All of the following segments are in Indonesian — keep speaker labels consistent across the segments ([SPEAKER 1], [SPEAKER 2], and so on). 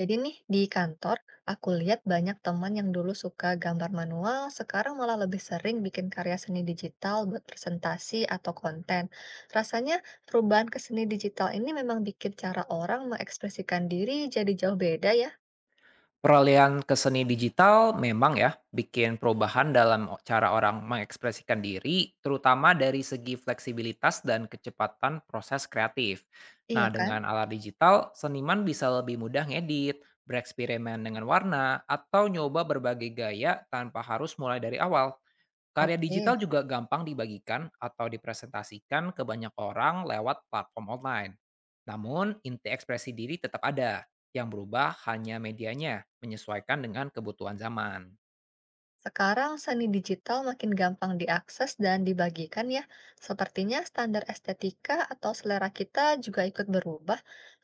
[SPEAKER 1] Jadi nih di kantor, aku lihat banyak teman yang dulu suka gambar manual, sekarang malah lebih sering bikin karya seni digital buat presentasi atau konten. Rasanya perubahan ke seni digital ini memang bikin cara orang mengekspresikan diri jadi jauh beda ya?
[SPEAKER 2] Peralihan ke seni digital memang ya bikin perubahan dalam cara orang mengekspresikan diri, terutama dari segi fleksibilitas dan kecepatan proses kreatif.
[SPEAKER 1] Iya
[SPEAKER 2] Nah,
[SPEAKER 1] kan?
[SPEAKER 2] dengan alat digital, seniman bisa lebih mudah ngedit, bereksperimen dengan warna, atau nyoba berbagai gaya tanpa harus mulai dari awal. Karya
[SPEAKER 1] Oke.
[SPEAKER 2] digital juga gampang dibagikan atau dipresentasikan ke banyak orang lewat platform online. Namun, inti ekspresi diri tetap ada, yang berubah hanya medianya, menyesuaikan dengan kebutuhan zaman.
[SPEAKER 1] Sekarang seni digital makin gampang diakses dan dibagikan ya. Sepertinya standar estetika atau selera kita juga ikut berubah.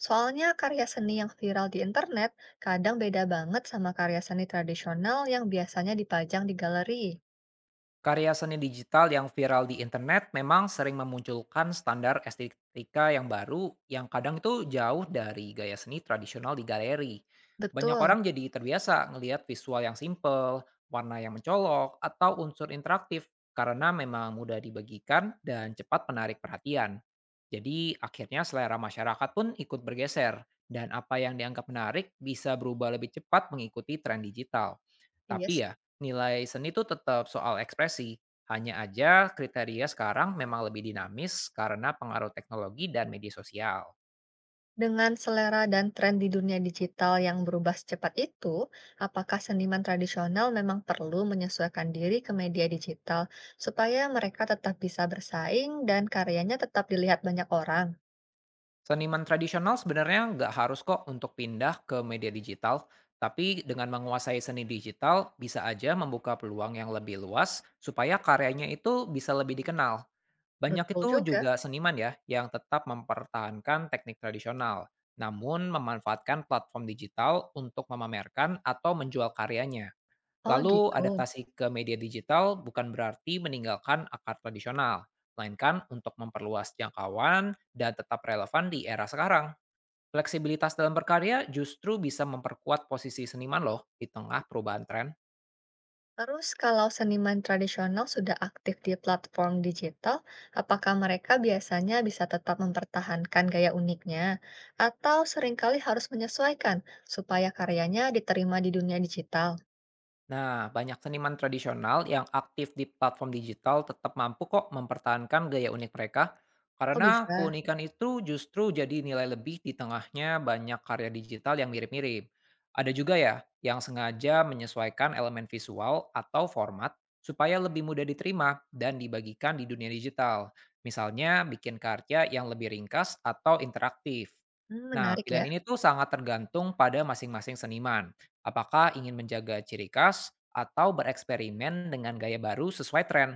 [SPEAKER 1] Soalnya karya seni yang viral di internet kadang beda banget sama karya seni tradisional yang biasanya dipajang di galeri.
[SPEAKER 2] Karya seni digital yang viral di internet memang sering memunculkan standar estetika yang baru yang kadang itu jauh dari gaya seni tradisional di galeri. Banyak
[SPEAKER 1] Betul.
[SPEAKER 2] orang jadi terbiasa ngelihat visual yang simple, warna yang mencolok, atau unsur interaktif karena memang mudah dibagikan dan cepat menarik perhatian. Jadi akhirnya selera masyarakat pun ikut bergeser dan apa yang dianggap menarik bisa berubah lebih cepat mengikuti tren digital.
[SPEAKER 1] Iya
[SPEAKER 2] Tapi
[SPEAKER 1] sih.
[SPEAKER 2] ya, nilai seni itu tetap soal ekspresi, hanya aja kriteria sekarang memang lebih dinamis karena pengaruh teknologi dan media sosial.
[SPEAKER 1] Dengan selera dan tren di dunia digital yang berubah secepat itu, apakah seniman tradisional memang perlu menyesuaikan diri ke media digital supaya mereka tetap bisa bersaing dan karyanya tetap dilihat banyak orang?
[SPEAKER 2] Seniman tradisional sebenarnya nggak harus kok untuk pindah ke media digital, tapi dengan menguasai seni digital bisa aja membuka peluang yang lebih luas supaya karyanya itu bisa lebih dikenal. Banyak
[SPEAKER 1] Betul
[SPEAKER 2] itu
[SPEAKER 1] juga.
[SPEAKER 2] juga seniman ya yang tetap mempertahankan teknik tradisional, namun memanfaatkan platform digital untuk memamerkan atau menjual karyanya.
[SPEAKER 1] Oh
[SPEAKER 2] Lalu,
[SPEAKER 1] gitu.
[SPEAKER 2] adaptasi ke media digital bukan berarti meninggalkan akar tradisional, melainkan untuk memperluas jangkauan dan tetap relevan di era sekarang. Fleksibilitas dalam berkarya justru bisa memperkuat posisi seniman loh di tengah perubahan tren.
[SPEAKER 1] Terus kalau seniman tradisional sudah aktif di platform digital, apakah mereka biasanya bisa tetap mempertahankan gaya uniknya atau seringkali harus menyesuaikan supaya karyanya diterima di dunia digital?
[SPEAKER 2] Nah, banyak seniman tradisional yang aktif di platform digital tetap mampu kok mempertahankan gaya unik mereka,
[SPEAKER 1] Oh
[SPEAKER 2] karena
[SPEAKER 1] bisa.
[SPEAKER 2] keunikan itu justru jadi nilai lebih di tengahnya banyak karya digital yang mirip-mirip. Ada juga ya yang sengaja menyesuaikan elemen visual atau format supaya lebih mudah diterima dan dibagikan di dunia digital. Misalnya bikin karya yang lebih ringkas atau interaktif.
[SPEAKER 1] Hmm,
[SPEAKER 2] Nah,
[SPEAKER 1] menarik ya.
[SPEAKER 2] pilihan ini tuh sangat tergantung pada masing-masing seniman. Apakah ingin menjaga ciri khas atau bereksperimen dengan gaya baru sesuai tren?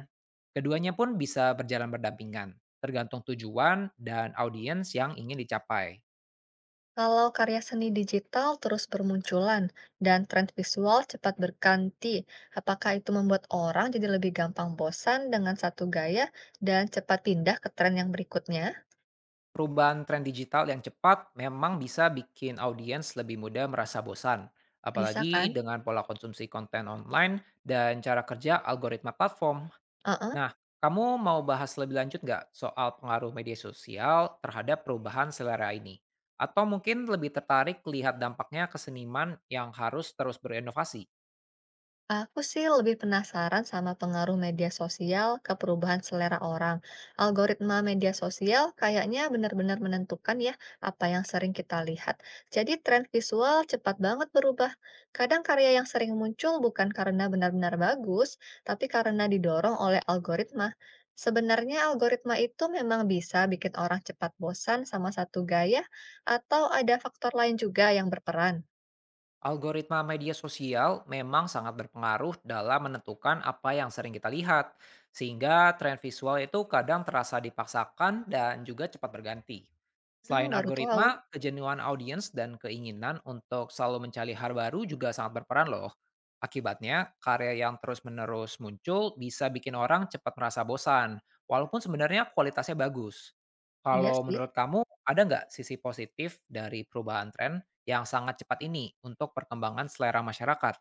[SPEAKER 2] Keduanya pun bisa berjalan berdampingan, tergantung tujuan dan audiens yang ingin dicapai.
[SPEAKER 1] Kalau karya seni digital terus bermunculan dan tren visual cepat berganti, apakah itu membuat orang jadi lebih gampang bosan dengan satu gaya dan cepat pindah ke tren yang berikutnya?
[SPEAKER 2] Perubahan tren digital yang cepat memang bisa bikin audiens lebih mudah merasa bosan,
[SPEAKER 1] Bisa
[SPEAKER 2] apalagi
[SPEAKER 1] kan?
[SPEAKER 2] dengan pola konsumsi konten online dan cara kerja algoritma platform.
[SPEAKER 1] Heeh.
[SPEAKER 2] Nah, kamu mau bahas lebih lanjut nggak soal pengaruh media sosial terhadap perubahan selera ini? Atau mungkin lebih tertarik lihat dampaknya ke seniman yang harus terus berinovasi?
[SPEAKER 1] Aku sih lebih penasaran sama pengaruh media sosial ke perubahan selera orang. Algoritma media sosial kayaknya benar-benar menentukan ya apa yang sering kita lihat. Jadi tren visual cepat banget berubah. Kadang karya yang sering muncul bukan karena benar-benar bagus, tapi karena didorong oleh algoritma. Sebenarnya algoritma itu memang bisa bikin orang cepat bosan sama satu gaya, atau ada faktor lain juga yang berperan.
[SPEAKER 2] Algoritma media sosial memang sangat berpengaruh dalam menentukan apa yang sering kita lihat, sehingga tren visual itu kadang terasa dipaksakan dan juga cepat berganti.
[SPEAKER 1] Hmm,
[SPEAKER 2] Selain
[SPEAKER 1] baru tahu.
[SPEAKER 2] algoritma, kejenuhan audiens dan keinginan untuk selalu mencari hal baru juga sangat berperan loh. Akibatnya, karya yang terus-menerus muncul bisa bikin orang cepat merasa bosan, walaupun sebenarnya kualitasnya bagus.
[SPEAKER 1] Iya
[SPEAKER 2] Kalau
[SPEAKER 1] sih.
[SPEAKER 2] menurut kamu, ada nggak sisi positif dari perubahan tren yang sangat cepat ini untuk perkembangan selera masyarakat?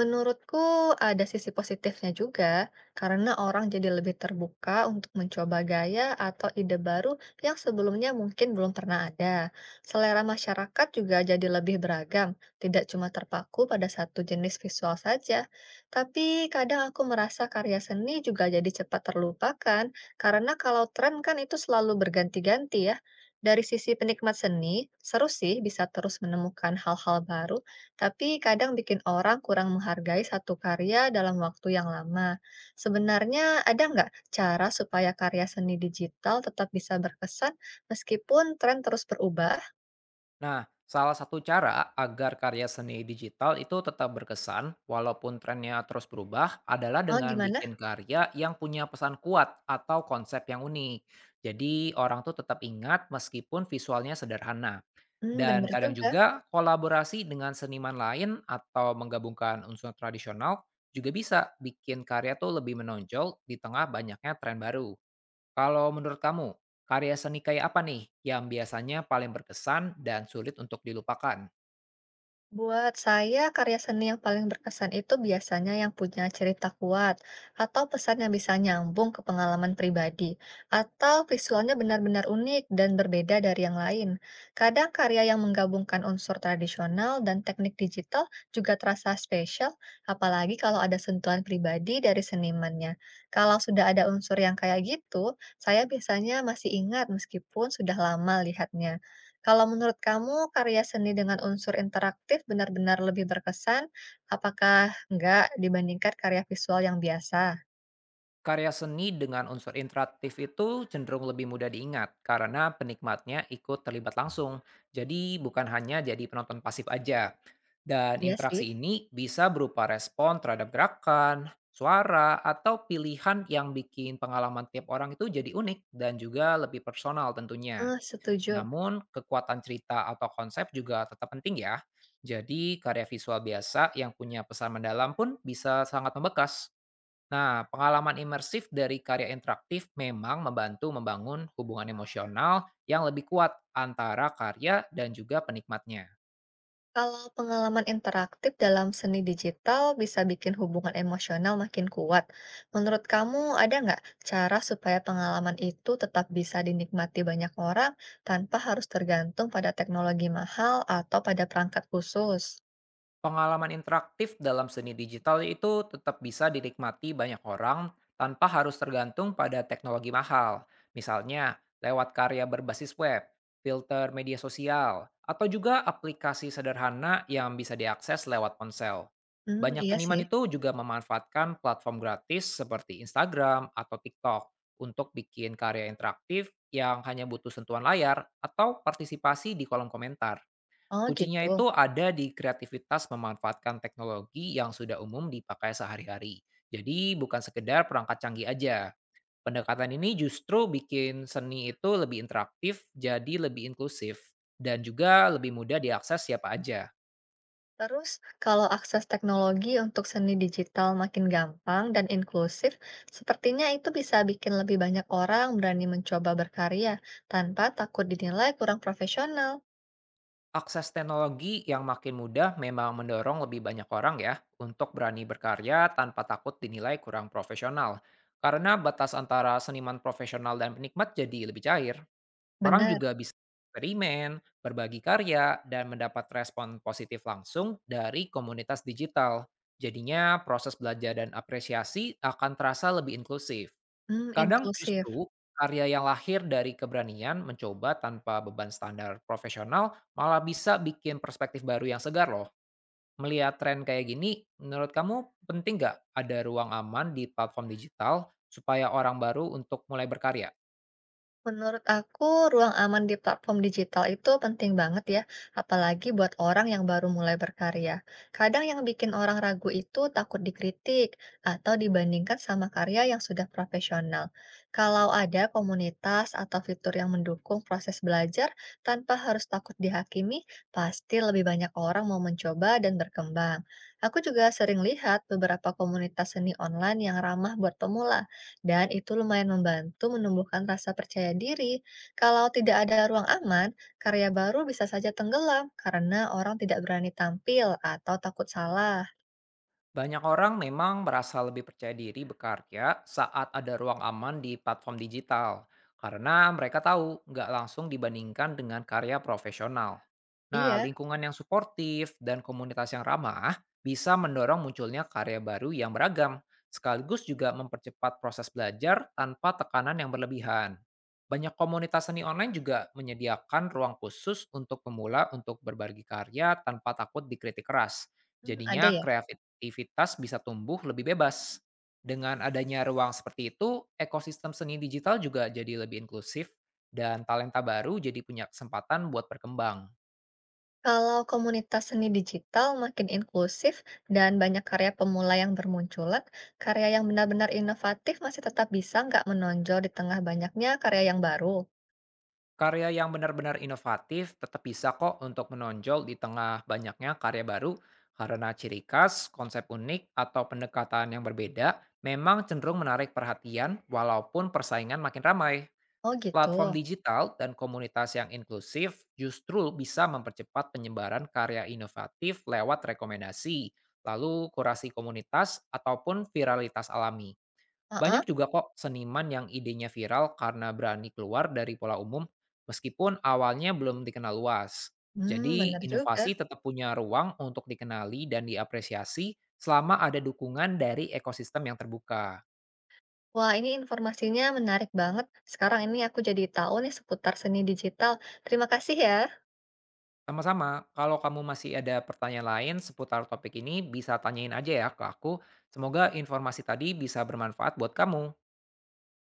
[SPEAKER 1] Menurutku ada sisi positifnya juga, karena orang jadi lebih terbuka untuk mencoba gaya atau ide baru yang sebelumnya mungkin belum pernah ada. Selera masyarakat juga jadi lebih beragam, tidak cuma terpaku pada satu jenis visual saja. Tapi kadang aku merasa karya seni juga jadi cepat terlupakan, karena kalau tren kan itu selalu berganti-ganti ya. Dari sisi penikmat seni, seru sih bisa terus menemukan hal-hal baru tapi kadang bikin orang kurang menghargai satu karya dalam waktu yang lama. Sebenarnya ada nggak cara supaya karya seni digital tetap bisa berkesan meskipun tren terus berubah?
[SPEAKER 2] Nah, salah satu cara agar karya seni digital itu tetap berkesan walaupun trennya terus berubah adalah
[SPEAKER 1] Oh,
[SPEAKER 2] dengan
[SPEAKER 1] gimana?
[SPEAKER 2] bikin karya yang punya pesan kuat atau konsep yang unik. Jadi orang tuh tetap ingat meskipun visualnya sederhana.
[SPEAKER 1] Hmm,
[SPEAKER 2] Dan
[SPEAKER 1] bener
[SPEAKER 2] kadang
[SPEAKER 1] juga.
[SPEAKER 2] juga kolaborasi dengan seniman lain atau menggabungkan unsur tradisional juga bisa bikin karya tuh lebih menonjol di tengah banyaknya tren baru. Kalau menurut kamu, karya seni kayak apa nih yang biasanya paling berkesan dan sulit untuk dilupakan?
[SPEAKER 1] Buat saya, karya seni yang paling berkesan itu biasanya yang punya cerita kuat, atau pesan yang bisa nyambung ke pengalaman pribadi, atau visualnya benar-benar unik dan berbeda dari yang lain. Kadang karya yang menggabungkan unsur tradisional dan teknik digital juga terasa spesial, apalagi kalau ada sentuhan pribadi dari senimannya. Kalau sudah ada unsur yang kayak gitu, saya biasanya masih ingat meskipun sudah lama lihatnya. Kalau menurut kamu, karya seni dengan unsur interaktif benar-benar lebih berkesan, apakah enggak dibandingkan karya visual yang biasa?
[SPEAKER 2] Karya seni dengan unsur interaktif itu cenderung lebih mudah diingat karena penikmatnya ikut terlibat langsung. Jadi bukan hanya jadi penonton pasif aja. Dan
[SPEAKER 1] Iya sih,
[SPEAKER 2] interaksi ini bisa berupa respon terhadap gerakan, suara, atau pilihan yang bikin pengalaman tiap orang itu jadi unik dan juga lebih personal tentunya.
[SPEAKER 1] setuju.
[SPEAKER 2] Namun, kekuatan cerita atau konsep juga tetap penting ya. Jadi, karya visual biasa yang punya pesan mendalam pun bisa sangat membekas. Nah, pengalaman imersif dari karya interaktif memang membantu membangun hubungan emosional yang lebih kuat antara karya dan juga penikmatnya.
[SPEAKER 1] Kalau pengalaman interaktif dalam seni digital bisa bikin hubungan emosional makin kuat. Menurut kamu, ada nggak cara supaya pengalaman itu tetap bisa dinikmati banyak orang tanpa harus tergantung pada teknologi mahal atau pada perangkat khusus?
[SPEAKER 2] Pengalaman interaktif dalam seni digital itu tetap bisa dinikmati banyak orang tanpa harus tergantung pada teknologi mahal. Misalnya, lewat karya berbasis web, filter media sosial, atau juga aplikasi sederhana yang bisa diakses lewat ponsel.
[SPEAKER 1] Hmm,
[SPEAKER 2] Banyak
[SPEAKER 1] iya sih.
[SPEAKER 2] seniman itu juga memanfaatkan platform gratis seperti Instagram atau TikTok untuk bikin karya interaktif yang hanya butuh sentuhan layar atau partisipasi di kolom komentar.
[SPEAKER 1] Oh, gitu.
[SPEAKER 2] Kuncinya itu ada di kreativitas memanfaatkan teknologi yang sudah umum dipakai sehari-hari. Jadi bukan sekedar perangkat canggih aja. Pendekatan ini justru bikin seni itu lebih interaktif, jadi lebih inklusif, dan juga lebih mudah diakses siapa aja.
[SPEAKER 1] Terus, kalau akses teknologi untuk seni digital makin gampang dan inklusif, sepertinya itu bisa bikin lebih banyak orang berani mencoba berkarya tanpa takut dinilai kurang profesional.
[SPEAKER 2] Akses teknologi yang makin mudah memang mendorong lebih banyak orang ya untuk berani berkarya tanpa takut dinilai kurang profesional. Karena batas antara seniman profesional dan penikmat jadi lebih cair. Orang
[SPEAKER 1] Benar,
[SPEAKER 2] juga bisa eksperimen, berbagi karya, dan mendapat respon positif langsung dari komunitas digital. Jadinya proses belajar dan apresiasi akan terasa lebih inklusif.
[SPEAKER 1] hmm,
[SPEAKER 2] Kadang
[SPEAKER 1] inklusif.
[SPEAKER 2] justru karya yang lahir dari keberanian mencoba tanpa beban standar profesional malah bisa bikin perspektif baru yang segar loh. Melihat tren kayak gini, menurut kamu penting nggak ada ruang aman di platform digital supaya orang baru untuk mulai berkarya?
[SPEAKER 1] Menurut aku, ruang aman di platform digital itu penting banget ya, apalagi buat orang yang baru mulai berkarya. Kadang yang bikin orang ragu itu takut dikritik atau dibandingkan sama karya yang sudah profesional. Kalau ada komunitas atau fitur yang mendukung proses belajar tanpa harus takut dihakimi, pasti lebih banyak orang mau mencoba dan berkembang. Aku juga sering lihat beberapa komunitas seni online yang ramah buat pemula dan itu lumayan membantu menumbuhkan rasa percaya diri. Kalau tidak ada ruang aman, karya baru bisa saja tenggelam karena orang tidak berani tampil atau takut salah.
[SPEAKER 2] Banyak orang memang merasa lebih percaya diri bekerja saat ada ruang aman di platform digital, karena mereka tahu nggak langsung dibandingkan dengan karya profesional. Nah,
[SPEAKER 1] Iya,
[SPEAKER 2] lingkungan yang suportif dan komunitas yang ramah bisa mendorong munculnya karya baru yang beragam, sekaligus juga mempercepat proses belajar tanpa tekanan yang berlebihan. Banyak komunitas seni online juga menyediakan ruang khusus untuk pemula untuk berbagi karya tanpa takut dikritik keras.
[SPEAKER 1] hmm, ada
[SPEAKER 2] Jadinya
[SPEAKER 1] ya.
[SPEAKER 2] kreativitas bisa tumbuh lebih bebas. Dengan adanya ruang seperti itu, ekosistem seni digital juga jadi lebih inklusif dan talenta baru jadi punya kesempatan buat berkembang.
[SPEAKER 1] Kalau komunitas seni digital makin inklusif dan banyak karya pemula yang bermunculan, karya yang benar-benar inovatif masih tetap bisa nggak menonjol di tengah banyaknya karya yang baru.
[SPEAKER 2] Karya yang benar-benar inovatif tetap bisa kok untuk menonjol di tengah banyaknya karya baru karena ciri khas, konsep unik, atau pendekatan yang berbeda memang cenderung menarik perhatian walaupun persaingan makin ramai.
[SPEAKER 1] Oh gitu.
[SPEAKER 2] Platform digital dan komunitas yang inklusif justru bisa mempercepat penyebaran karya inovatif lewat rekomendasi, lalu kurasi komunitas ataupun viralitas alami.
[SPEAKER 1] Heeh.
[SPEAKER 2] Banyak juga kok seniman yang idenya viral karena berani keluar dari pola umum, meskipun awalnya belum dikenal luas.
[SPEAKER 1] Hmm,
[SPEAKER 2] Jadi,
[SPEAKER 1] benar juga.
[SPEAKER 2] inovasi tetap punya ruang untuk dikenali dan diapresiasi selama ada dukungan dari ekosistem yang terbuka.
[SPEAKER 1] Wah, ini informasinya menarik banget. Sekarang ini aku jadi tahu nih seputar seni digital. Terima kasih ya.
[SPEAKER 2] Sama-sama, kalau kamu masih ada pertanyaan lain seputar topik ini, bisa tanyain aja ya ke aku. Semoga informasi tadi bisa bermanfaat buat kamu.